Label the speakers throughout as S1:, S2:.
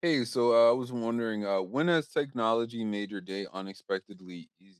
S1: Hey, I was wondering, when has technology made your day unexpectedly easier?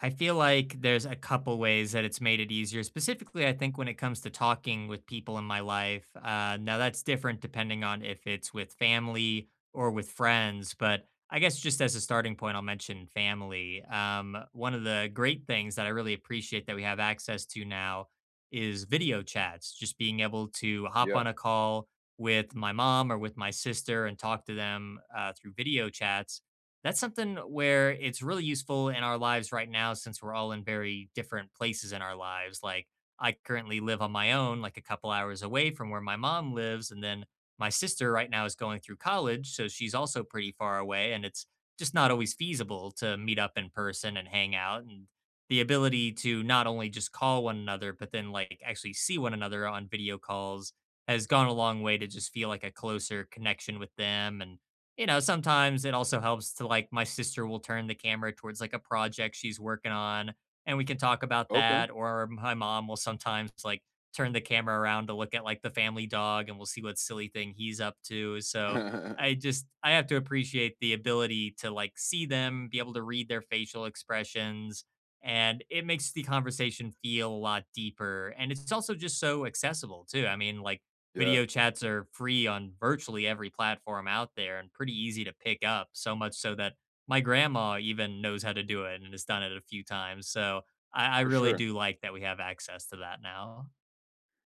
S2: I feel like there's a couple ways that it's made it easier. Specifically, I think when it comes to talking with people in my life, now that's different depending on if it's with family or with friends. But I guess just as a starting point, I'll mention family. One of the great things that I really appreciate that we have access to now is video chats, just being able to hop
S1: Yeah.
S2: on a call with my mom or with my sister and talk to them through video chats. That's something where it's really useful in our lives right now since we're all in very different places in our lives. Like, I currently live on my own, like a couple hours away from where my mom lives. And then my sister right now is going through college. So she's also pretty far away. And it's just not always feasible to meet up in person and hang out. And the ability to not only just call one another, but then like actually see one another on video calls has gone a long way to just feel like a closer connection with them. And sometimes it also helps to like my sister will turn the camera towards like a project she's working on and we can talk about
S1: Okay.
S2: that. Or my mom will sometimes like turn the camera around to look at like the family dog and we'll see what silly thing he's up to. So I have to appreciate the ability to like see them, be able to read their facial expressions. And it makes the conversation feel a lot deeper. And it's also just so accessible too. I mean, like,
S1: Yeah,
S2: video chats are free on virtually every platform out there and pretty easy to pick up, so much so that my grandma even knows how to do it and has done it a few times. So I
S1: for
S2: really
S1: sure.
S2: do like that we have access to that now.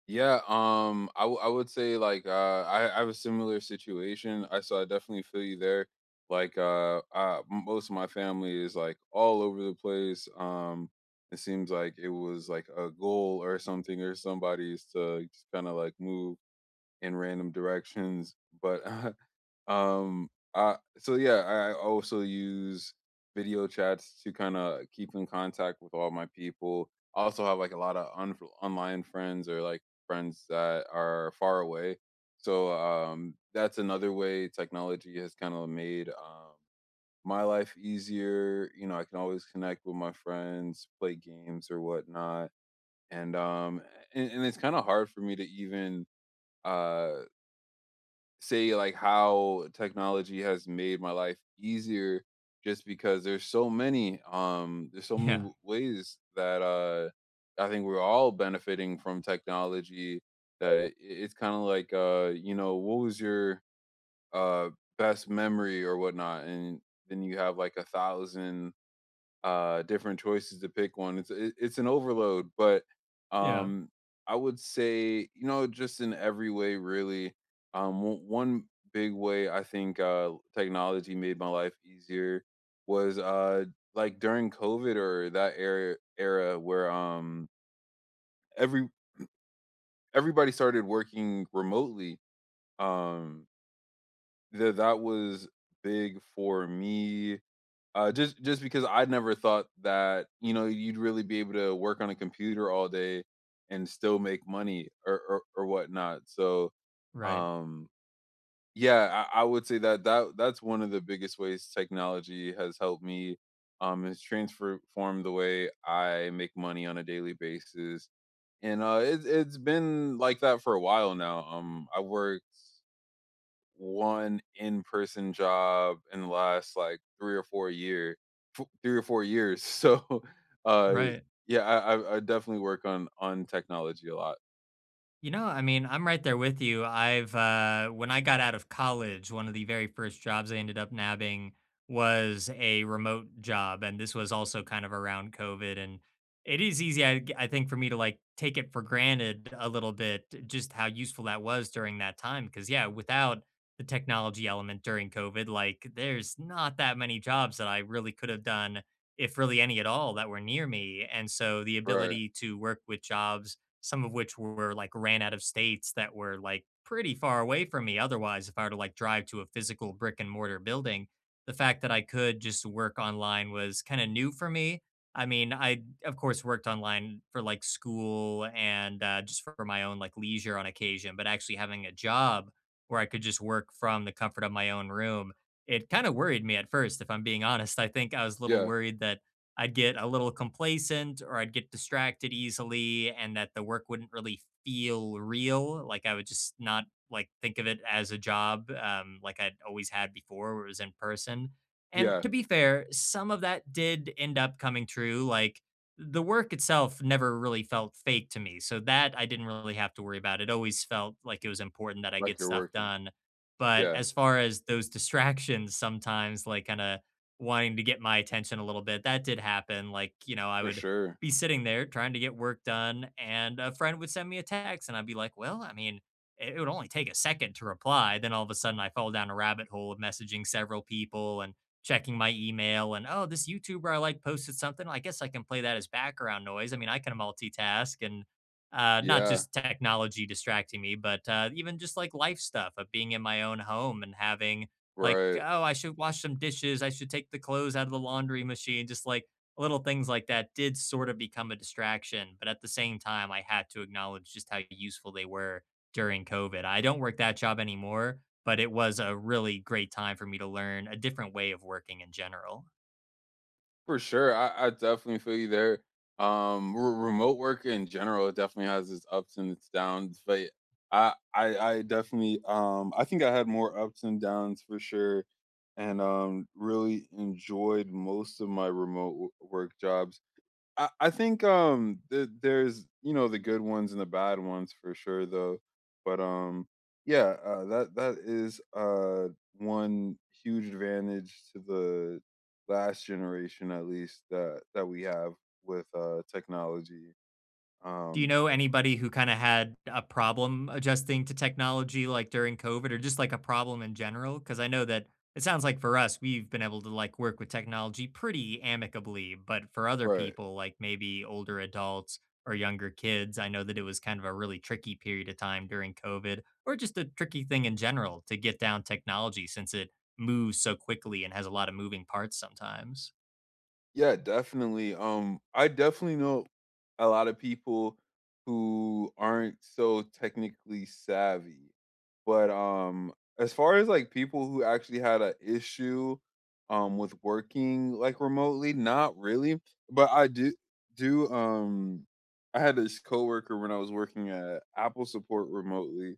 S1: Yeah. I would say I have a similar situation. I definitely feel you there. Most of my family is like all over the place. It seems like it was like a goal or something or somebody's to just kind of like move in random directions. But um, so yeah, I also use video chats to kind of keep in contact with all my people. I also have like a lot of online friends or like friends that are far away. So that's another way technology has kind of made my life easier. I can always connect with my friends, play games or whatnot and um and it's kind of hard for me to even uh say like how technology has made my life easier just because there's so many
S2: Yeah.
S1: ways that I think we're all benefiting from technology that it's kind of like you know what was your uh best memory or whatnot, and then you have like a thousand different choices to pick one. It's an overload. But
S2: Yeah.
S1: um I would say, you know, just in every way, really. One big way I think technology made my life easier was like during COVID or that era where every everybody started working remotely. um that was big for me. Just because I never thought that, you know, you'd really be able to work on a computer all day and still make money or whatnot. So,
S2: Right.
S1: um, yeah, I would say that that's one of the biggest ways technology has helped me. Has transformed the way I make money on a daily basis, and it's been like that for a while now. I worked one in-person job in the last like 3 or 4-year f 3 or 4 years. So, uh,
S2: Right.
S1: yeah, I definitely work on technology a lot.
S2: You know, I mean, I'm right there with you. I've when I got out of college, one of the very first jobs I ended up nabbing was a remote job, and this was also kind of around COVID. And it is easy, I think, for me to like take it for granted a little bit, just how useful that was during that time. Because yeah, without the technology element during COVID, like there's not that many jobs that I really could have done, if really any at all, that were near me. And so the
S1: Right.
S2: ability to work with jobs, some of which were like ran out of states that were like pretty far away from me otherwise if I were to like drive to a physical brick and mortar building. The fact that I could just work online was kind of new for me. I mean, I of course worked online for like school and just for my own like leisure on occasion, but actually having a job where I could just work from the comfort of my own room, it kind of worried me at first. If I'm being honest, I think I was a little
S1: Yeah,
S2: worried that I'd get a little complacent or I'd get distracted easily and that the work wouldn't really feel real. Like I would just not like think of it as a job like I'd always had before where it was in person. And
S1: yeah,
S2: to be fair, some of that did end up coming true. Like the work itself never really felt fake to me. So that I didn't really have to worry about. It always felt like it was important that I
S1: like
S2: get
S1: you're
S2: stuff
S1: working.
S2: done. But
S1: Yeah,
S2: as far as those distractions, sometimes like kind of wanting to get my attention a little bit. That did happen. Like, you know, I
S1: for
S2: would
S1: sure.
S2: be sitting there trying to get work done, and a friend would send me a text, and I'd be like, well, I mean, it would only take a second to reply. Then all of a sudden, I fall down a rabbit hole of messaging several people and checking my email. And oh, this YouTuber I like posted something. I guess I can play that as background noise. I mean, I can multitask. And not
S1: Yeah,
S2: just technology distracting me, but even just like life stuff of being in my own home and having like,
S1: right.
S2: "Oh, I should wash some dishes, I should take the clothes out of the laundry machine," just, like, little things like that did sort of become a distraction, but at the same time, I had to acknowledge just how useful they were during COVID. I don't work that job anymore, but it was a really great time for me to learn a different way of working in general.
S1: For sure. I definitely feel you there. Remote work in general definitely has its ups and its downs, but I definitely, I think I had more ups and downs for sure, and really enjoyed most of my remote work jobs. I think there's, you know, the good ones and the bad ones for sure though, but yeah, that that is one huge advantage to the last generation at least that that we have with technology.
S2: Do you
S1: um
S2: know anybody who kind of had a problem adjusting to technology like during COVID or just like a problem in general? Because I know that it sounds like for us, we've been able to like work with technology pretty amicably, but for other
S1: Right.
S2: people, like maybe older adults or younger kids, I know that it was kind of a really tricky period of time during COVID or just a tricky thing in general to get down technology since it moves so quickly and has a lot of moving parts sometimes.
S1: Yeah, definitely. I definitely know a lot of people who aren't so technically savvy. But as far as like people who actually had an issue with working like remotely, not really. But I do do I had this coworker when I was working at Apple support remotely,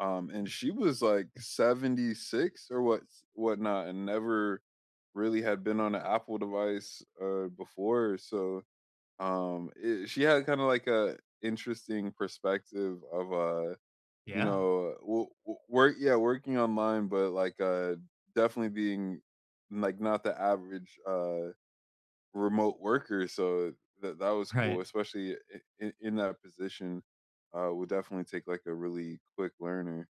S1: and she was like 76 or whatnot and never really had been on an Apple device before. So she had kind of like a interesting perspective of you
S2: Yeah.
S1: know work, yeah, working online. But definitely being like not the average remote worker. So that that was cool,
S2: Right.
S1: especially in that position would definitely take like a really quick learner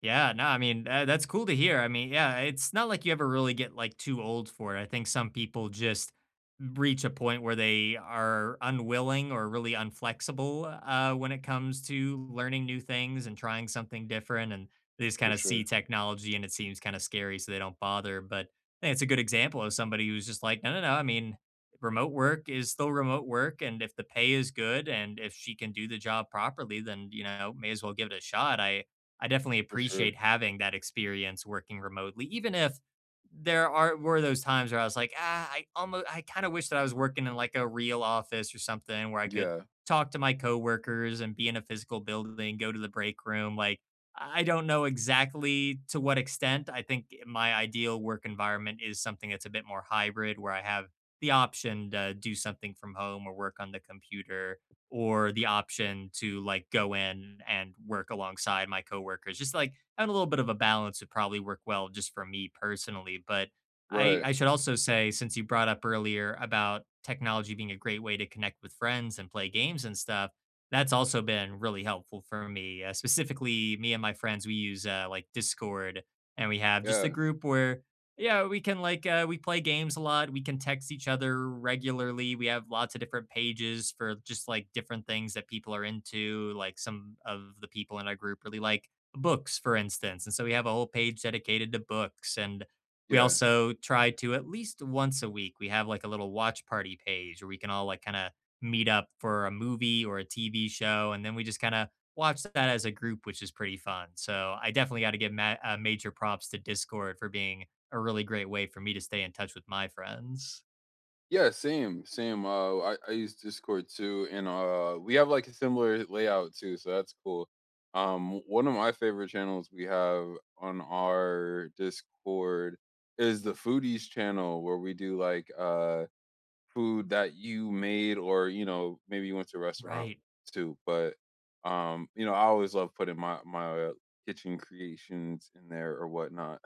S2: Yeah, no, I mean, that's cool to hear. I mean, yeah, it's not like you ever really get like too old for it. I think some people just reach a point where they are unwilling or really unflexible when it comes to learning new things and trying something different. And they just kind
S1: for
S2: of see
S1: sure.
S2: technology and it seems kind of scary, so they don't bother. But I think it's a good example of somebody who's just like, no, no, no. I mean, remote work is still remote work. And if the pay is good and if she can do the job properly, then, you know, may as well give it a shot. I definitely
S1: For sure.
S2: appreciate having that experience working remotely, even if there are were those times where I was like, ah, I kind of wish that I was working in like a real office or something where I could
S1: Yeah.
S2: talk to my coworkers and be in a physical building, go to the break room. Like, I don't know exactly to what extent. I think my ideal work environment is something that's a bit more hybrid, where I have the option to do something from home or work on the computer or the option to like go in and work alongside my coworkers. Just like having a little bit of a balance would probably work well just for me personally. But
S1: Right.
S2: I should also say, since you brought up earlier about technology being a great way to connect with friends and play games and stuff, that's also been really helpful for me. Specifically, me and my friends, we use like Discord and we have just a
S1: Yeah.
S2: group where yeah, we can like we play games a lot. We can text each other regularly. We have lots of different pages for just like different things that people are into. Like some of the people in our group really like books, for instance, and so we have a whole page dedicated to books. And we
S1: Yeah.
S2: also try to at least once a week we have like a little watch party page where we can all like kind of meet up for a movie or a TV show, and then we just kind of watch that as a group, which is pretty fun. So I definitely got to give major props to Discord for being a really great way for me to stay in touch with my friends.
S1: Yeah. Same. Same. I use Discord too, and we have like a similar layout too, so that's cool. One of my favorite channels we have on our Discord is the Foodies channel, where we do like food that you made, or you know maybe you went to a restaurant
S2: Right.
S1: too. But you know I always love putting my kitchen creations in there or whatnot.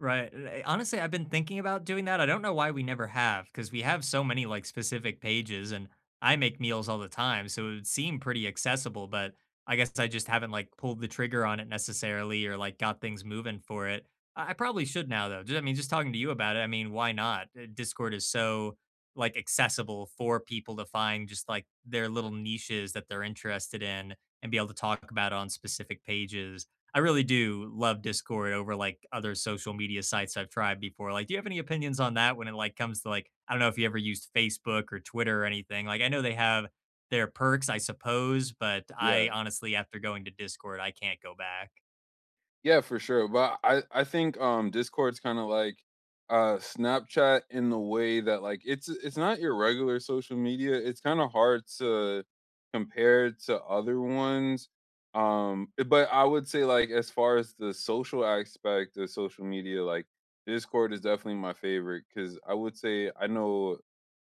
S2: Right, and I honestly, I've been thinking about doing that, I don't know why we never have, because we have so many, like, specific pages, and I make meals all the time, so it would seem pretty accessible, but I guess I just haven't, like, pulled the trigger on it necessarily or, like, got things moving for it. I probably should now, though, ju I mean, just talking to you about it, I mean, why not? Discord is so, like, accessible for people to find just, like, their little niches that they're interested in and be able to talk about on specific pages. I really do love Discord over like other social media sites I've tried before. Like, do you have any opinions on that when it like comes to like I don't know if you ever used Facebook or Twitter or anything. Like I know they have their perks, I suppose, but
S1: Yeah.
S2: I honestly after going to Discord, I can't go back.
S1: Yeah, for sure. But I think Discord's kind of like Snapchat in the way that like it's not your regular social media. It's kind of hard to compare to other ones. But I would say like as far as the social aspect of social media, like Discord is definitely my favorite, cuz I would say I know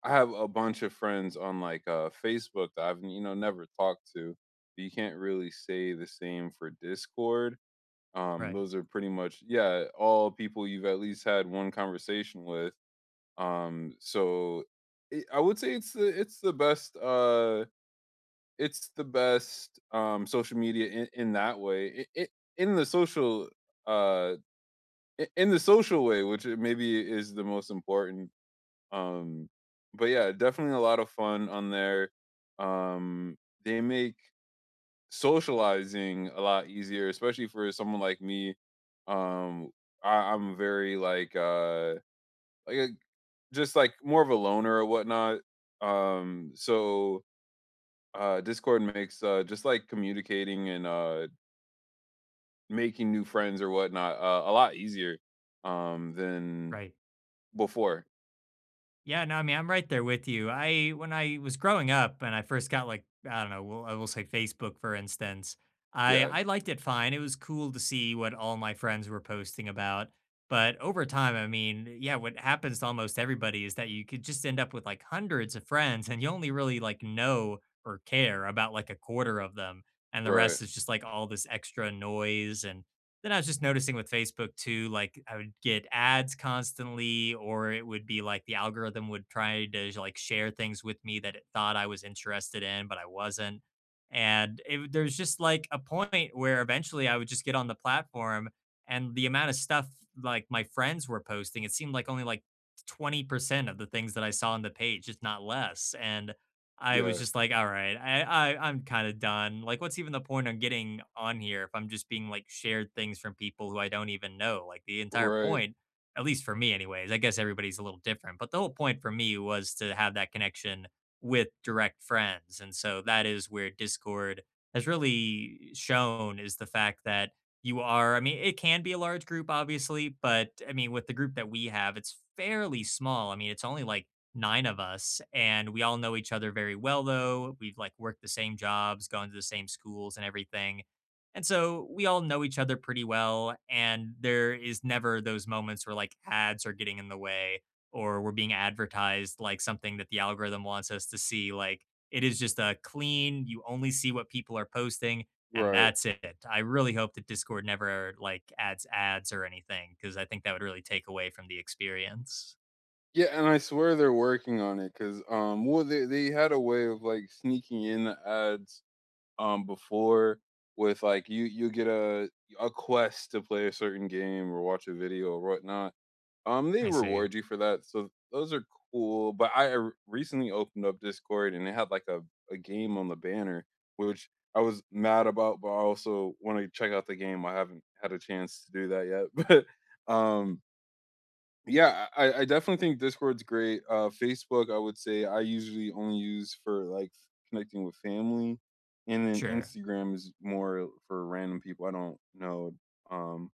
S1: I have a bunch of friends on like Facebook that I've, you know, never talked to. But you can't really say the same for Discord. Um,
S2: Right,
S1: those are pretty much, yeah, all people you've at least had one conversation with. So I would say it's the best social media in that way. In the social uh in the social way, which it maybe is the most important. Um but yeah, definitely a lot of fun on there. Um they make socializing a lot easier, especially for someone like me. Um, I'm very like a, just like more of a loner or whatnot. So Discord makes just like communicating and making new friends or whatnot, a lot easier than
S2: right.
S1: before.
S2: Yeah, no, I mean, I'm right there with you. I when I was growing up and I first got like I don't know, I will say Facebook for instance. I
S1: Yeah.
S2: I liked it fine. It was cool to see what all my friends were posting about. But over time, I mean, yeah, what happens to almost everybody is that you could just end up with like hundreds of friends and you only really like know or care about like a quarter of them and the
S1: Right.
S2: rest is just like all this extra noise. And then I was just noticing with Facebook too, like I would get ads constantly, or it would be like the algorithm would try to like share things with me that it thought I was interested in, but I wasn't. And it, there's just like a point where eventually I would just get on the platform and the amount of stuff like my friends were posting, it seemed like only like 20% of the things that I saw on the page, just not less. And I was
S1: Yeah.
S2: just like, all right, I I'm kind of done. Like, what's even the point of getting on here if I'm just being like shared things from people who I don't even know? Like the entire
S1: Right.
S2: point, at least for me, anyways. I guess everybody's a little different, but the whole point for me was to have that connection with direct friends, and so that is where Discord has really shown is the fact that you are. I mean, it can be a large group, obviously, but I mean, with the group that we have, it's fairly small. I mean, it's only like 9 of us and we all know each other very well though we've like worked the same jobs, gone to the same schools and everything. And so we all know each other pretty well and there is never those moments where like ads are getting in the way or we're being advertised like something that the algorithm wants us to see. Like it is just a clean, you only see what people are posting and
S1: Right.
S2: that's it. I really hope that Discord never like adds ads or anything because I think that would really take away from the experience.
S1: Yeah, and I swear they're working on it because well, they had a way of like sneaking in the ads before with like you get a quest to play a certain game or watch a video or whatnot. They
S2: I see.
S1: reward you for that, so those are cool. But recently opened up Discord and it had like a game on the banner, which I was mad about, but I also want to check out the game. I haven't had a chance to do that yet, but yeah, I definitely think Discord's great. Facebook, I would say I usually only use for like connecting with family, and then
S2: Sure.
S1: Instagram is more for random people I don't know. Um,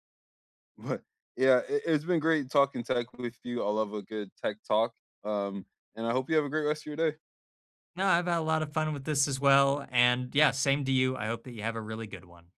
S1: but yeah, it's been great talking tech with you. I love a good tech talk. Um, and I hope you have a great rest of your day.
S2: No, I've had a lot of fun with this as well. And yeah, same to you. I hope that you have a really good one.